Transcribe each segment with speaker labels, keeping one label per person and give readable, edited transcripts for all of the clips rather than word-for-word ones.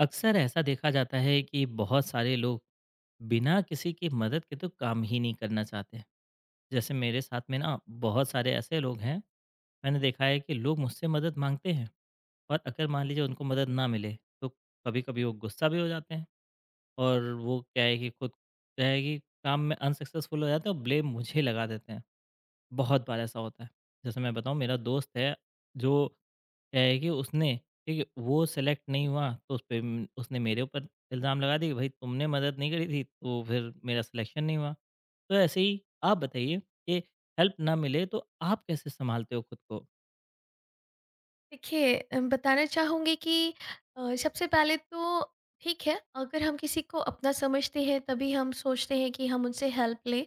Speaker 1: अक्सर ऐसा देखा जाता है कि बहुत सारे लोग बिना किसी की मदद के तो काम ही नहीं करना चाहते हैं। जैसे मेरे साथ में ना बहुत सारे ऐसे लोग हैं। मैंने देखा है कि लोग मुझसे मदद मांगते हैं और अगर मान लीजिए उनको मदद ना मिले तो कभी कभी वो गुस्सा भी हो जाते हैं। और वो क्या है कि खुद क्या है कि काम में अनसक्सेसफुल हो जाते हैं और ब्लेम मुझे लगा देते हैं। बहुत बार ऐसा होता है। जैसे मैं बताऊँ मेरा दोस्त है जो क्या है कि उसने ठीक है वो सेलेक्ट नहीं हुआ तो उसने मेरे ऊपर इल्ज़ाम लगा दिया कि भाई तुमने मदद नहीं करी थी तो फिर मेरा सिलेक्शन नहीं हुआ। तो ऐसे ही आप बताइए कि हेल्प ना मिले तो आप कैसे संभालते हो खुद को।
Speaker 2: देखिए बताना चाहूँगी कि सबसे पहले तो ठीक है अगर हम किसी को अपना समझते हैं तभी हम सोचते हैं कि हम उनसे हेल्प लें।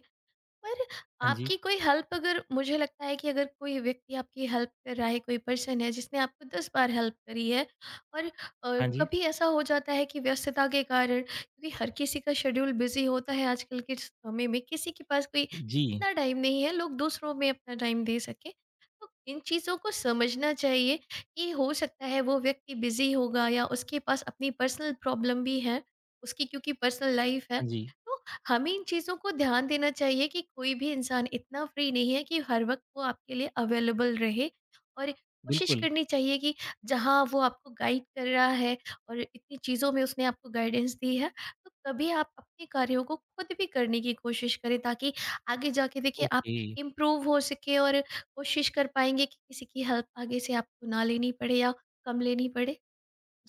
Speaker 2: पर
Speaker 1: हाँ जी।
Speaker 2: आपकी कोई हेल्प अगर मुझे लगता है कि अगर कोई व्यक्ति आपकी हेल्प कर रहा है, कोई पर्सन है जिसने आपको 10 बार हेल्प करी है और
Speaker 1: हाँ जी।
Speaker 2: कभी ऐसा हो जाता है कि व्यस्तता के कारण क्योंकि हर किसी का शेड्यूल बिज़ी होता है आजकल के समय में, किसी के पास कोई
Speaker 1: जी।
Speaker 2: इतना टाइम नहीं है, लोग दूसरों में अपना टाइम दे सकें। तो इन चीज़ों को समझना चाहिए कि हो सकता है वो व्यक्ति बिज़ी होगा या उसके पास अपनी पर्सनल प्रॉब्लम भी है, उसकी क्योंकि पर्सनल लाइफ़ है।
Speaker 1: हाँ जी।
Speaker 2: तो हमें इन चीज़ों को ध्यान देना चाहिए कि कोई भी इंसान इतना फ्री नहीं है कि हर वक़्त वो आपके लिए अवेलेबल रहे और कोशिश
Speaker 1: बिल्कुल।
Speaker 2: करनी चाहिए कि जहाँ वो आपको गाइड कर रहा है और इतनी चीज़ों में उसने आपको गाइडेंस दी है, तो कभी आप अपने कार्यों को खुद भी करने की कोशिश करें ताकि आगे जाके देखिए आप
Speaker 1: ओके।
Speaker 2: इम्प्रूव हो सकें और कोशिश कर पाएँगे कि किसी की हेल्प आगे से आपको ना लेनी पड़े या कम लेनी पड़े।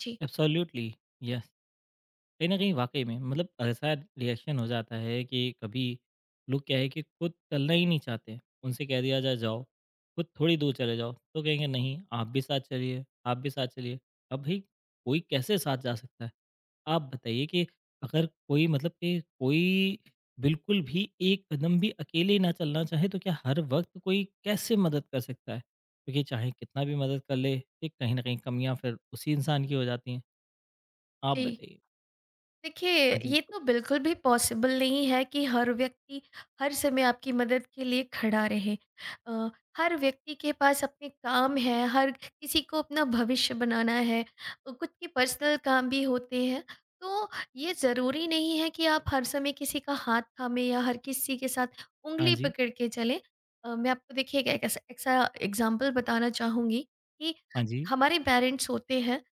Speaker 2: जी।
Speaker 1: एब्सोल्युटली। यस। कहीं न कहीं वाक़ई में मतलब ऐसा रिएक्शन हो जाता है कि कभी लोग क्या है कि खुद चलना ही नहीं चाहते। उनसे कह दिया जाए जाओ, खुद थोड़ी दूर चले जाओ, तो कहेंगे नहीं आप भी साथ चलिए, आप भी साथ चलिए। अब भई कोई कैसे साथ जा सकता है? आप बताइए कि अगर कोई मतलब कि कोई बिल्कुल भी एक कदम भी अकेले ना चलना चाहे तो क्या हर वक़्त कोई कैसे मदद कर सकता है? क्योंकि चाहे कितना भी मदद कर ले, ये कहीं न कहीं कमियाँ फिर उसी इंसान की हो जाती हैं। आप
Speaker 2: जी।
Speaker 1: बताइए?
Speaker 2: देखिए,
Speaker 1: हाँ जी।
Speaker 2: ये तो बिल्कुल भी पॉसिबल नहीं है कि हर व्यक्ति हर समय आपकी मदद के लिए खड़ा रहे। अ, हर व्यक्ति के पास अपने काम हैं, हर किसी को अपना भविष्य बनाना है, खुद के पर्सनल काम भी होते हैं। तो ये ज़रूरी नहीं है कि आप हर समय किसी का हाथ थामे या हर किसी के साथ
Speaker 1: हाँ
Speaker 2: उँगली
Speaker 1: जी,
Speaker 2: पकड़ के चलें। मैं आपको देखिए एक एक ऐसा ऐसा एग्ज़ाम्पल बताना चाहूँगी कि
Speaker 1: हाँ जी,
Speaker 2: हमारे पेरेंट्स होते हैं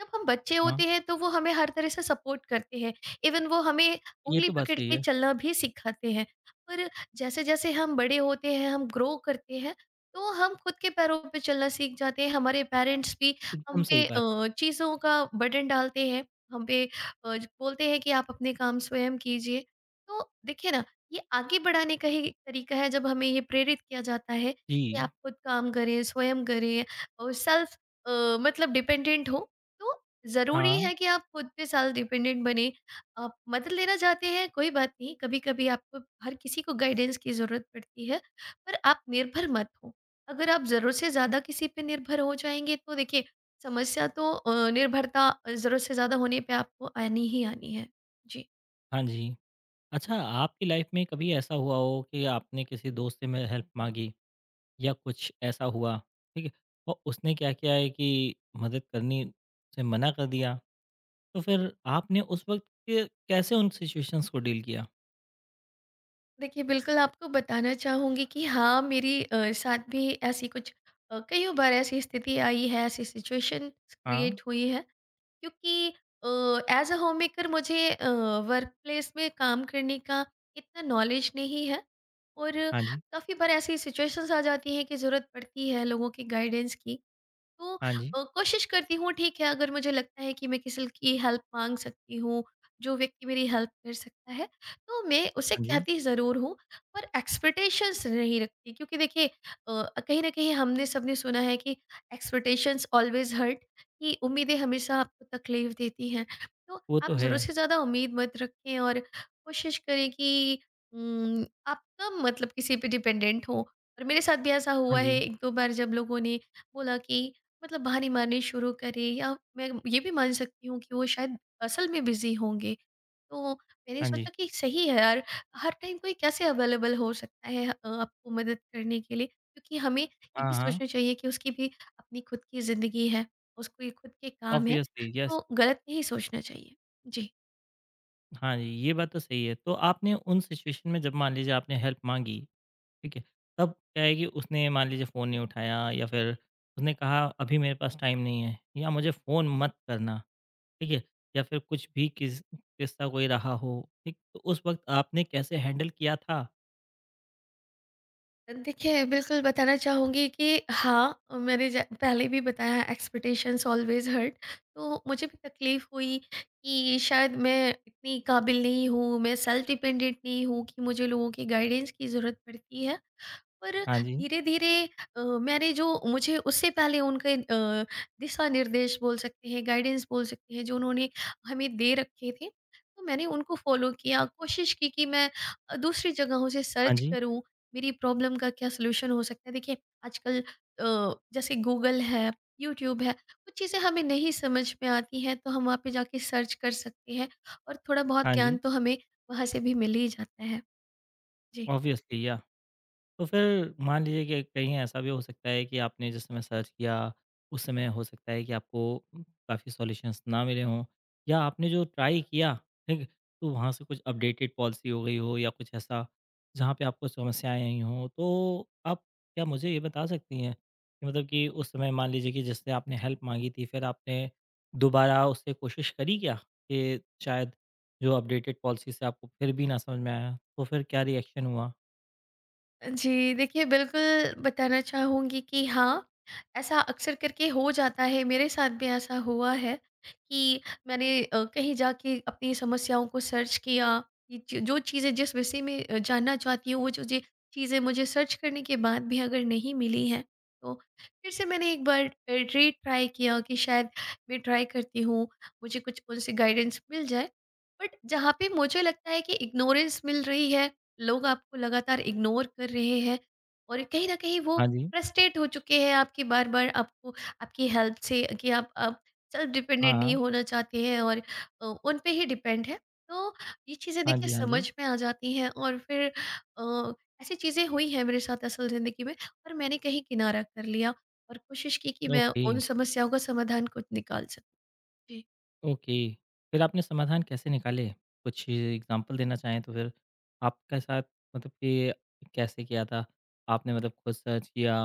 Speaker 2: जब हम बच्चे होते
Speaker 1: हाँ।
Speaker 2: हैं तो वो हमें हर तरह से सपोर्ट करते हैं। इवन वो हमें
Speaker 1: ये
Speaker 2: उंगली
Speaker 1: तो बात
Speaker 2: पकड़
Speaker 1: सही
Speaker 2: के
Speaker 1: है।
Speaker 2: चलना भी सिखाते हैं। पर जैसे जैसे हम बड़े होते हैं हम ग्रो करते हैं तो हम खुद के पैरों पे चलना सीख जाते हैं। हमारे पेरेंट्स भी हम
Speaker 1: एकदम सही
Speaker 2: पे
Speaker 1: बात।
Speaker 2: चीज़ों का बर्डन डालते हैं। हम पे अ, ज- बोलते हैं कि आप अपने काम स्वयं कीजिए। तो देखिए ना ये आगे बढ़ाने का ही तरीका है जब हमें ये प्रेरित किया जाता है कि आप
Speaker 1: जी,
Speaker 2: खुद काम करें स्वयं करें और सेल्फ मतलब डिपेंडेंट हो। तो ज़रूरी
Speaker 1: हाँ,
Speaker 2: है कि आप खुद पे सेल्फ डिपेंडेंट बने। आप मदद लेना चाहते हैं, कोई बात नहीं, कभी-कभी आपको हर किसी को गाइडेंस की ज़रूरत पड़ती है, पर आप निर्भर मत हो। अगर आप ज़रूरत से ज़्यादा किसी पे निर्भर हो जाएँगे तो देखिए समस्या तो निर्भरता ज़रूरत से ज़्यादा होने पे आपको आनी ही आनी है। जी।
Speaker 1: हाँ जी। अच्छा आपकी लाइफ़ में कभी ऐसा हुआ हो कि आपने किसी दोस्त से में हेल्प माँगी या कुछ ऐसा हुआ, ठीक है? और उसने क्या किया है कि मदद करनी से मना कर दिया, तो फिर आपने उस वक़्त के कैसे उन सिचुएशंस को डील किया?
Speaker 2: देखिए बिल्कुल आपको बताना चाहूँगी कि हाँ, मेरी साथ भी ऐसी कुछ कइयों बार ऐसी स्थिति आई है, ऐसी सिचुएशन
Speaker 1: हाँ,
Speaker 2: क्रिएट हुई है। क्योंकि एज अ होम मेकर मुझे वर्क प्लेस में काम करने का इतना नॉलेज नहीं है और
Speaker 1: हाँ जी,
Speaker 2: काफ़ी बार ऐसी सिचुएशंस आ जाती हैं कि ज़रूरत पड़ती है लोगों की गाइडेंस की। तो
Speaker 1: हाँ जी,
Speaker 2: कोशिश करती हूँ ठीक है अगर मुझे लगता है कि मैं किसी की हेल्प मांग सकती हूँ, जो व्यक्ति मेरी हेल्प कर सकता है तो मैं उसे
Speaker 1: हाँ जी।
Speaker 2: कहती ज़रूर हूँ। पर एक्सपेक्टेशंस नहीं रखती क्योंकि देखिए कहीं ना कहीं हमने सबने सुना है कि एक्सपेक्टेशंस ऑलवेज हर्ट, कि उम्मीदें हमेशा आपको तकलीफ देती हैं। तो
Speaker 1: वो तो
Speaker 2: आप
Speaker 1: है।
Speaker 2: ज़रूरत से ज़्यादा उम्मीद मत रखें और कोशिश करें कि आप कम मतलब किसी पे डिपेंडेंट हो। और मेरे साथ भी ऐसा
Speaker 1: हाँ
Speaker 2: हुआ है
Speaker 1: जी,
Speaker 2: एक दो बार जब लोगों ने बोला कि मतलब बहाने मारने शुरू करे, या मैं ये भी मान सकती हूँ कि वो शायद असल में बिज़ी होंगे। तो मैंने
Speaker 1: हाँ जी।
Speaker 2: सोचा कि सही है यार, हर टाइम कोई कैसे अवेलेबल हो सकता है आपको मदद करने के लिए? क्योंकि हमें ये भी
Speaker 1: हाँ, हाँ।
Speaker 2: सोचना चाहिए कि उसकी भी अपनी खुद की ज़िंदगी है, उसको ये खुद के काम हैं,
Speaker 1: ऑब्वियसली, यस।
Speaker 2: तो गलत नहीं सोचना चाहिए। जी।
Speaker 1: हाँ जी, ये बात तो सही है। तो आपने उन सिचुएशन में जब मान लीजिए आपने हेल्प माँगी, ठीक है? तब क्या है कि उसने मान लीजिए फ़ोन नहीं उठाया या फिर उसने कहा अभी मेरे पास टाइम नहीं है या मुझे फ़ोन मत करना, ठीक है? या फिर कुछ भी किस किस्सा कोई रहा हो, ठीक? तो उस वक़्त आपने कैसे हैंडल किया था?
Speaker 2: देखिए, बिल्कुल बताना चाहूँगी कि हाँ, मैंने ज पहले भी बताया एक्सपेक्टेशंस ऑलवेज़ हर्ट। तो मुझे भी तकलीफ़ हुई कि शायद मैं इतनी काबिल नहीं हूँ, मैं सेल्फ डिपेंडेंट नहीं हूँ कि मुझे लोगों की गाइडेंस की ज़रूरत पड़ती है। पर
Speaker 1: हाँ जी,
Speaker 2: धीरे-धीरे मैंने जो मुझे उससे पहले उनके दिशा निर्देश बोल सकते हैं, गाइडेंस बोल सकते हैं, जो उन्होंने हमें दे रखे थे, तो मैंने उनको फ़ॉलो किया। कोशिश की कि मैं दूसरी जगहों से
Speaker 1: हाँ
Speaker 2: सर्च
Speaker 1: जी,
Speaker 2: करूँ, मेरी प्रॉब्लम का क्या सॉल्यूशन हो सकता है। देखिए, आजकल अ, जैसे गूगल है, यूट्यूब है, कुछ चीज़ें हमें नहीं समझ में आती हैं, तो हम वहाँ पे जाके सर्च कर सकते हैं और थोड़ा-बहुत
Speaker 1: हाँ
Speaker 2: ज्ञान
Speaker 1: जी,
Speaker 2: तो हमें वहाँ से भी मिल ही जाता है। जी।
Speaker 1: ऑब्वियसली, या। तो फिर मान लीजिए कि कहीं ऐसा भी हो सकता है कि आपने जिस समय सर्च किया उस समय हो सकता है कि आपको काफ़ी सॉल्यूशंस ना मिले हों या आपने जो ट्राई किया ठीक तो वहाँ से कुछ अपडेटेड पॉलिसी हो गई हो या कुछ ऐसा जहाँ पे आपको समस्याएं आई हों तो आप क्या मुझे ये बता सकती हैं कि मतलब कि उस समय मान लीजिए कि जिससे आपने हेल्प मांगी थी फिर आपने दोबारा उससे कोशिश करी क्या कि शायद जो अपडेटेड पॉलिसी से आपको फिर भी ना समझ में आया तो फिर क्या रिएक्शन हुआ।
Speaker 2: जी, देखिए बिल्कुल बताना चाहूँगी कि हाँ, ऐसा अक्सर करके हो जाता है, मेरे साथ भी ऐसा हुआ है कि मैंने कहीं जाके अपनी समस्याओं को सर्च किया, ये च जो चीज़ें जिस विषय में जानना चाहती हूँ, वो जो जे चीज़ें मुझे सर्च करने के बाद भी अगर नहीं मिली हैं, तो फिर से मैंने एक बार री-ट्राई किया कि शायद मैं ट्राई करती हूँ, मुझे कुछ उनसे गाइडेंस मिल जाए। बट जहाँ पे मुझे लगता है कि इग्नोरेंस मिल रही है, लोग आपको लगातार इग्नोर कर रहे हैं और कहीं ना कहीं वो
Speaker 1: हाँ जी।
Speaker 2: फ्रस्ट्रेट हो चुके हैं आपके बार बार, आपको आपकी हेल्प से कि आप सेल्फ डिपेंडेंट नहीं
Speaker 1: हाँ,
Speaker 2: होना चाहते हैं और उन पे ही डिपेंड है। तो ये चीज़ें
Speaker 1: हाँ
Speaker 2: देखिए
Speaker 1: जी, हाँ
Speaker 2: समझ
Speaker 1: जी।
Speaker 2: में आ जाती हैं और फिर अ, ऐसी चीज़ें हुई हैं मेरे साथ असल ज़िंदगी में और मैंने कहीं किनारा कर लिया और कोशिश की कि मैं
Speaker 1: ओके,
Speaker 2: उन समस्याओं का समाधान खुद निकाल सकूं। जी।
Speaker 1: ओके। फिर आपने समाधान कैसे निकाले? कुछ एग्ज़ाम्पल देना चाहें तो फिर आपके साथ मतलब कि कैसे किया था? आपने मतलब खुद सर्च किया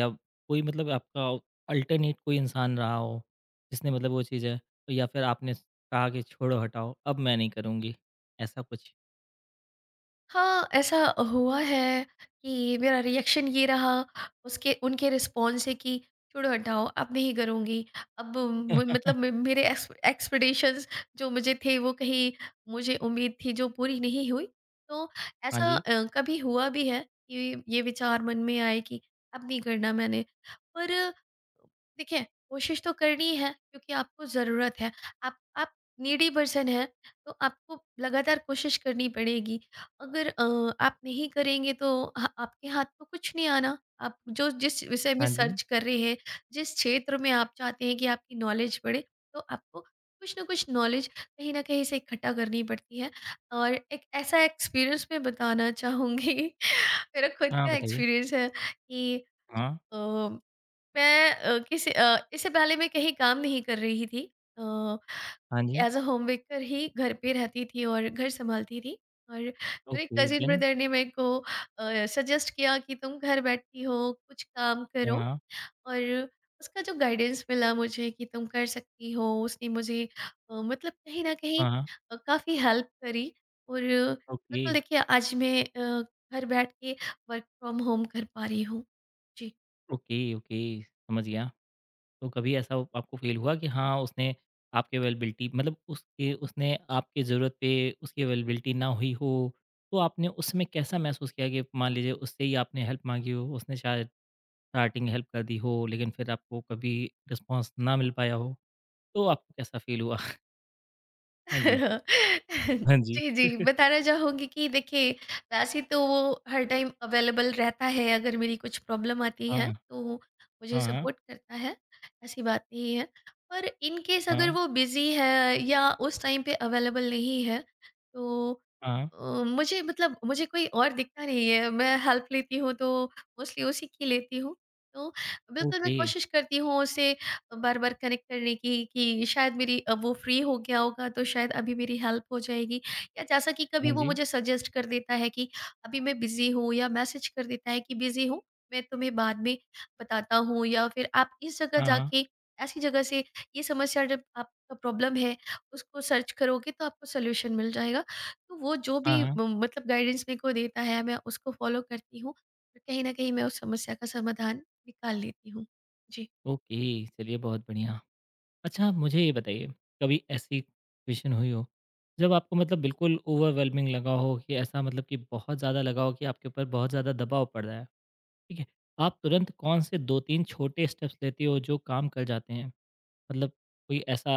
Speaker 1: या कोई मतलब आपका अल्टरनेट कोई इंसान रहा हो, जिसने मतलब वो चीज़ें या फिर आपने कहा कि छोड़ो हटाओ, अब मैं नहीं करूँगी, ऐसा कुछ?
Speaker 2: हाँ, ऐसा हुआ है कि मेरा रिएक्शन ये रहा उसके उनके रिस्पॉन्स से कि छोड़ो हटाओ अब नहीं करूँगी। अब म मतलब म मेरे एक्सपेक्टेशंस जो मुझे थे वो कहीं मुझे उम्मीद थी जो पूरी नहीं हुई। तो
Speaker 1: हाँ
Speaker 2: ऐसा
Speaker 1: जी,
Speaker 2: कभी हुआ भी है कि ये विचार मन में आए कि अब नहीं करना मैंने। पर देखिए कोशिश तो करनी है क्योंकि आपको ज़रूरत है। आप नीडी पर्सन हैं तो आपको लगातार कोशिश करनी पड़ेगी। अगर आप नहीं करेंगे तो ह आपके हाथ में कुछ नहीं आना। आप जो जिस विषय में
Speaker 1: हाँ जी।
Speaker 2: सर्च कर रहे हैं, जिस क्षेत्र में आप चाहते हैं कि आपकी नॉलेज बढ़े, तो आपको कुछ न कुछ नॉलेज कहीं न कहीं से इकट्ठा करनी पड़ती है। और एक ऐसा एक्सपीरियंस मैं बताना चाहूँगी। मेरा खुद
Speaker 1: हाँ,
Speaker 2: का
Speaker 1: बताइए।
Speaker 2: एक्सपीरियंस है कि
Speaker 1: हाँ,
Speaker 2: अ मैं अ, किसी अ, इससे पहले मैं कहीं काम नहीं कर रही थी। अ,
Speaker 1: हाँ जी।
Speaker 2: एज़ अ होम मेकर ही घर पे रहती थी और घर सँभालती थी। और मेरे
Speaker 1: ओके,
Speaker 2: कज़िन
Speaker 1: देन?
Speaker 2: ब्रदर ने मेरे को सजेस्ट किया कि तुम घर बैठी हो, कुछ काम करो।
Speaker 1: हाँ,
Speaker 2: और उसका जो गाइडेंस मिला मुझे कि तुम कर सकती हो, उसने मुझे मतलब कहीं न कहीं
Speaker 1: हाँ, हाँ।
Speaker 2: काफ़ी हेल्प करी। और
Speaker 1: ओके,
Speaker 2: बिल्कुल देखिए आज मैं घर बैठ के वर्क फ्रॉम होम कर पा रही हूँ। जी।
Speaker 1: ओके, समझ गया। तो कभी ऐसा आपको फ़ील हुआ कि हाँ, उसने आपकी ज़रूरत पे उसकी अवेलेबिलिटी ना हुई हो, तो आपने उसमें कैसा महसूस किया कि मान लीजिए उससे ही आपने हेल्प माँगी हो, उसने शायद स्टार्टिंग हेल्प कर दी हो, लेकिन फिर आपको कभी रिस्पॉन्स ना मिल पाया हो, तो आपको कैसा फ़ील हुआ? हाँ जी। हाँ जी।
Speaker 2: जी, जी। बताना चाहूँगी कि देखिए, वैसे तो वो हर टाइम अवेलेबल रहता है, अगर मेरी कुछ प्रॉब्लम आती
Speaker 1: हाँ,
Speaker 2: है, तो मुझे
Speaker 1: हाँ,
Speaker 2: सपोर्ट करता है, ऐसी बात नहीं है। पर इन केस अगर
Speaker 1: हाँ,
Speaker 2: वो बिज़ी है या उस टाइम पे अवेलेबल नहीं है, तो
Speaker 1: हाँ,
Speaker 2: मुझे कोई और दिखता नहीं है, मैं हेल्प लेती हूँ, तो मोस्टली उसी की लेती हूँ। तो बिल्कुल मैं
Speaker 1: ओके।
Speaker 2: कोशिश करती हूँ उसे बार-बार कनेक्ट करने की कि शायद मेरी वो फ्री हो गया होगा तो शायद अभी मेरी हेल्प हो जाएगी, या जैसा कि कभी
Speaker 1: हाँ
Speaker 2: वो
Speaker 1: जी।
Speaker 2: मुझे सजेस्ट कर देता है कि अभी मैं बिज़ी हूँ या मैसेज कर देता है कि बिज़ी हूँ, मैं तुम्हें बाद में बताता हूँ, या फिर आप इस जगह
Speaker 1: हाँ, हाँ,
Speaker 2: जाके ऐसी जगह से ये समस्या जब आपका प्रॉब्लम है, उसको सर्च करोगे तो आपको सॉल्यूशन मिल जाएगा। तो वो जो
Speaker 1: हाँ,
Speaker 2: भी
Speaker 1: हाँ,
Speaker 2: म मतलब गाइडेंस मेरे को देता है मैं उसको फॉलो करती हूँ और कहीं न कहीं मैं उस समस्या का समाधान निकाल लेती हूँ। जी।
Speaker 1: ओके, चलिए बहुत बढ़िया। अच्छा, आप मुझे ये बताइए, कभी ऐसी सिचुएशन हुई हो, जब आपको मतलब बिल्कुल ओवरवेलमिंग लगा हो कि ऐसा मतलब कि बहुत ज़्यादा लगा हो कि आपके ऊपर बहुत ज़्यादा दबाव पड़ रहा है, ठीक है? आप तुरंत कौन से 2-3 छोटे स्टेप्स लेते हो जो काम कर जाते हैं? मतलब कोई ऐसा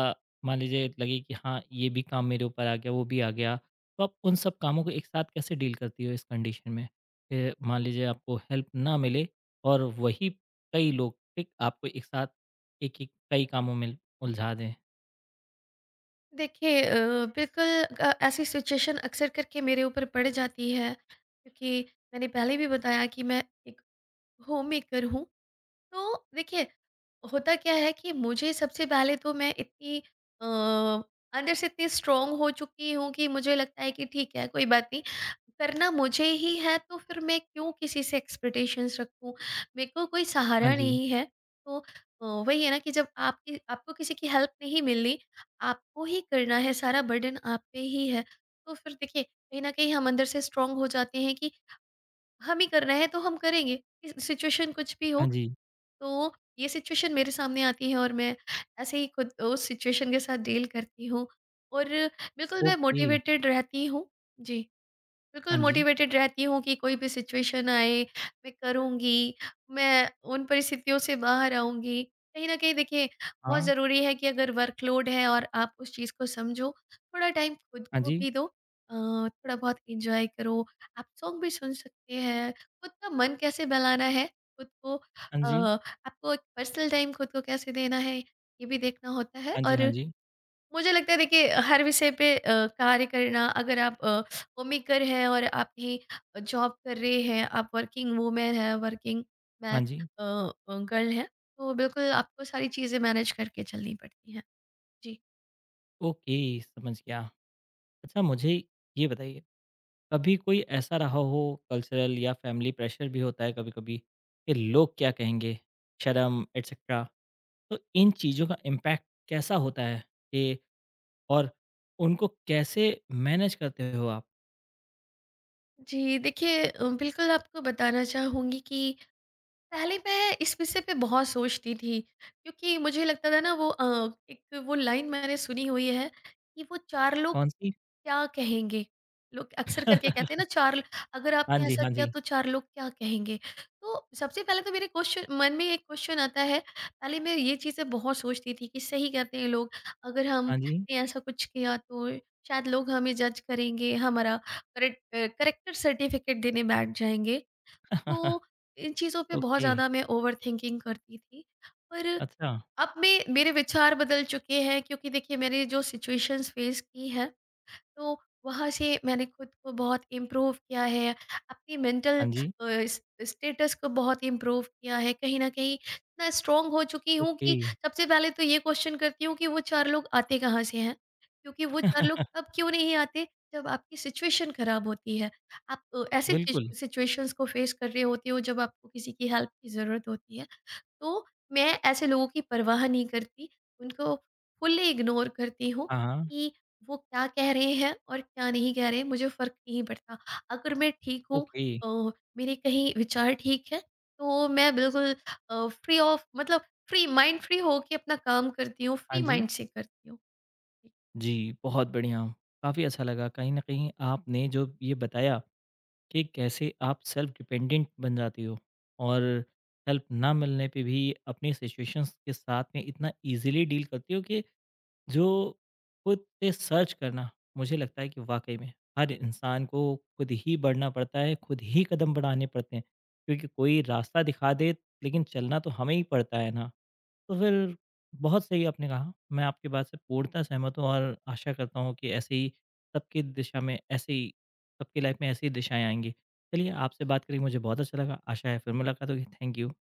Speaker 1: मान लीजिए लगे कि हाँ, ये भी काम मेरे ऊपर आ गया, वो भी आ गया, तो आप उन सब कामों को एक साथ कैसे डील करती हो इस कंडीशन में? कि मान लीजिए आपको हेल्प ना मिले और वही कई लोग, ठीक, आपको एक साथ एक-एक कई कामों में उलझा दें।
Speaker 2: देखिए बिल्कुल ऐसी सिचुएशन अक्सर करके मेरे ऊपर पड़ जाती है क्योंकि मैंने पहले भी बताया कि मैं एक होम मेकर हूँ। तो देखिए होता क्या है कि मुझे सबसे पहले तो मैं इतनी अ, अंदर से इतनी स्ट्रांग हो चुकी हूँ कि मुझे लगता है कि ठीक है कोई बात नहीं, करना मुझे ही है तो फिर मैं क्यों किसी से एक्सपेक्टेशंस रखूँ, मेरे को कोई
Speaker 1: हाँ
Speaker 2: सहारा
Speaker 1: जी,
Speaker 2: नहीं है। तो वही है ना कि जब आपकी आपको किसी की हेल्प नहीं मिल रही, आपको ही करना है, सारा बर्डन आप पे ही है, तो फिर देखिए कहीं ना कहीं हम अंदर से स्ट्रांग हो जाते हैं कि हम ही करना है तो हम करेंगे, सिचुएशन कुछ भी
Speaker 1: हाँ
Speaker 2: हो।
Speaker 1: जी,
Speaker 2: तो ये सिचुएशन मेरे सामने आती है और मैं ऐसे ही खुद उस सिचुएशन के साथ डील करती हूँ और बिल्कुल मैं
Speaker 1: ओके,
Speaker 2: मोटिवेटेड रहती हूँ। जी।
Speaker 1: हाँ
Speaker 2: बिल्कुल
Speaker 1: जी,
Speaker 2: मोटिवेटेड रहती हूँ कि कोई भी सिचुएशन आए मैं करूँगी, मैं उन परिस्थितियों से बाहर आऊँगी। कहीं न कहीं देखिए बहुत
Speaker 1: हाँ,
Speaker 2: ज़रूरी है कि अगर वर्कलोड है और आप उस चीज़ को समझो, थोड़ा टाइम खुद
Speaker 1: हाँ
Speaker 2: को
Speaker 1: जी,
Speaker 2: भी दो। थोड़ा बहुत एन्जॉय करो, आप सॉन्ग भी सुन सकते हैं। खुद का मन कैसे बहलाना है, खुद को
Speaker 1: हाँ जी,
Speaker 2: आपको एक पर्सनल टाइम खुद को कैसे देना है, ये भी देखना होता है।
Speaker 1: हाँ जी, हाँ
Speaker 2: और
Speaker 1: जी,
Speaker 2: मुझे लगता है देखिए हर विषय पे कार्य करना, अगर आप होममेकर हैं और आप ही जॉब कर रहे हैं, आप वर्किंग वूमेन हैं, वर्किंग मैं
Speaker 1: हाँ जी,
Speaker 2: गर्ल हैं, तो बिल्कुल आपको सारी चीज़ें मैनेज करके चलनी पड़ती हैं। जी।
Speaker 1: ओके, समझ गया। अच्छा मुझे ये बताइए, कभी कोई ऐसा रहा हो कल्चरल या फैमिली प्रेशर भी होता है कभी-कभी कि लोग क्या कहेंगे, शर्म एटसेट्रा, तो इन चीज़ों का इम्पैक्ट कैसा होता है कि और उनको कैसे मैनेज करते हो आप?
Speaker 2: जी। देखिए बिल्कुल आपको बताना चाहूँगी कि पहले मैं इस विषय पे बहुत सोचती थी क्योंकि मुझे लगता था ना वो एक वो लाइन मैंने सुनी हुई है कि वो चार लोग
Speaker 1: कौन-सी
Speaker 2: क्या कहेंगे? लोग अक्सर करके कहते हैं ना, 4 अगर
Speaker 1: हाँ
Speaker 2: आपने
Speaker 1: जी,
Speaker 2: ऐसा
Speaker 1: हाँ
Speaker 2: किया
Speaker 1: जी,
Speaker 2: तो 4 लोग क्या कहेंगे? तो सबसे पहले तो मेरे क्वेश्चन मन में एक क्वेश्चन आता है, पहले मैं ये चीज़ें बहुत सोचती थी कि सही कहते हैं लोग, अगर
Speaker 1: हाँ जी,
Speaker 2: हमने ऐसा कुछ किया तो शायद लोग हमें जज करेंगे, हमारा करेक्टर सर्टिफिकेट देने बैठ जाएँगे। तो इन चीज़ों पे बहुत
Speaker 1: ओके,
Speaker 2: ज़्यादा मैं ओवरथिंकिंग करती थी। पर
Speaker 1: अच्छा,
Speaker 2: अब मैं मेरे विचार बदल चुके हैं क्योंकि देखिए मैंने जो सिचुएशंस फेस की है, तो वहाँ से मैंने खुद को बहुत इम्प्रूव किया है, अपनी मेंटल
Speaker 1: हाँ जी।
Speaker 2: स्टेटस को बहुत इम्प्रूव किया है। कहीं ना कहीं इतना स्ट्रांग हो चुकी हूँ
Speaker 1: ओके,
Speaker 2: कि सबसे पहले तो ये क्वेश्चन करती हूँ कि वो चार लोग आते कहाँ से हैं, क्योंकि वो चार लोग तब क्यों नहीं आते जब आपकी सिचुएशन खराब होती है, आप ऐसे
Speaker 1: बिल्कुल।
Speaker 2: सिचुएशंस को फेस कर रहे होते हो जब आपको किसी की हेल्प की ज़रूरत होती है। तो मैं ऐसे लोगों की परवाह नहीं करती, उनको फुल्ली इग्नोर करती हूँ
Speaker 1: हाँ, हाँ।
Speaker 2: कि वो क्या कह रहे हैं और क्या नहीं कह रहे हैं, मुझे फ़र्क नहीं पड़ता। अगर मैं ठीक हूँ,
Speaker 1: ओके,
Speaker 2: अ, मेरे कहीं विचार ठीक हैं, तो मैं बिल्कुल अ, फ्री ऑफ मतलब फ्री माइंड फ्री होके अपना काम करती हूँ,
Speaker 1: हाँ
Speaker 2: फ्री
Speaker 1: जी।
Speaker 2: माइंड से करती हूँ।
Speaker 1: जी, बहुत बढ़िया। काफ़ी अच्छा लगा कहीं न कहीं आपने जो ये बताया कि कैसे आप सेल्फ डिपेंडेंट बन जाती हो और हेल्प ना मिलने पे भी अपनी सिचुएशंस के साथ में इतना ईज़िली डील करती हो कि जो खुद से सर्च करना, मुझे लगता है कि वाक़ई में हर इंसान को खुद ही बढ़ना पड़ता है, खुद ही कदम बढ़ाने पड़ते हैं। क्योंकि कोई रास्ता दिखा दे लेकिन चलना तो हमें ही पड़ता है ना। तो फिर बहुत सही आपने कहा। मैं आपकी बात से पूर्णतः सहमत हूँ और आशा करता हूँ कि ऐसे ही सबकी दिशा में ऐसे ही सबकी लाइफ में ऐसी दिशाएँ आएँगी। चलिए आपसे बात करके मुझे बहुत अच्छा लगा। आशा है फिर मुलाकात होगी। Thank you.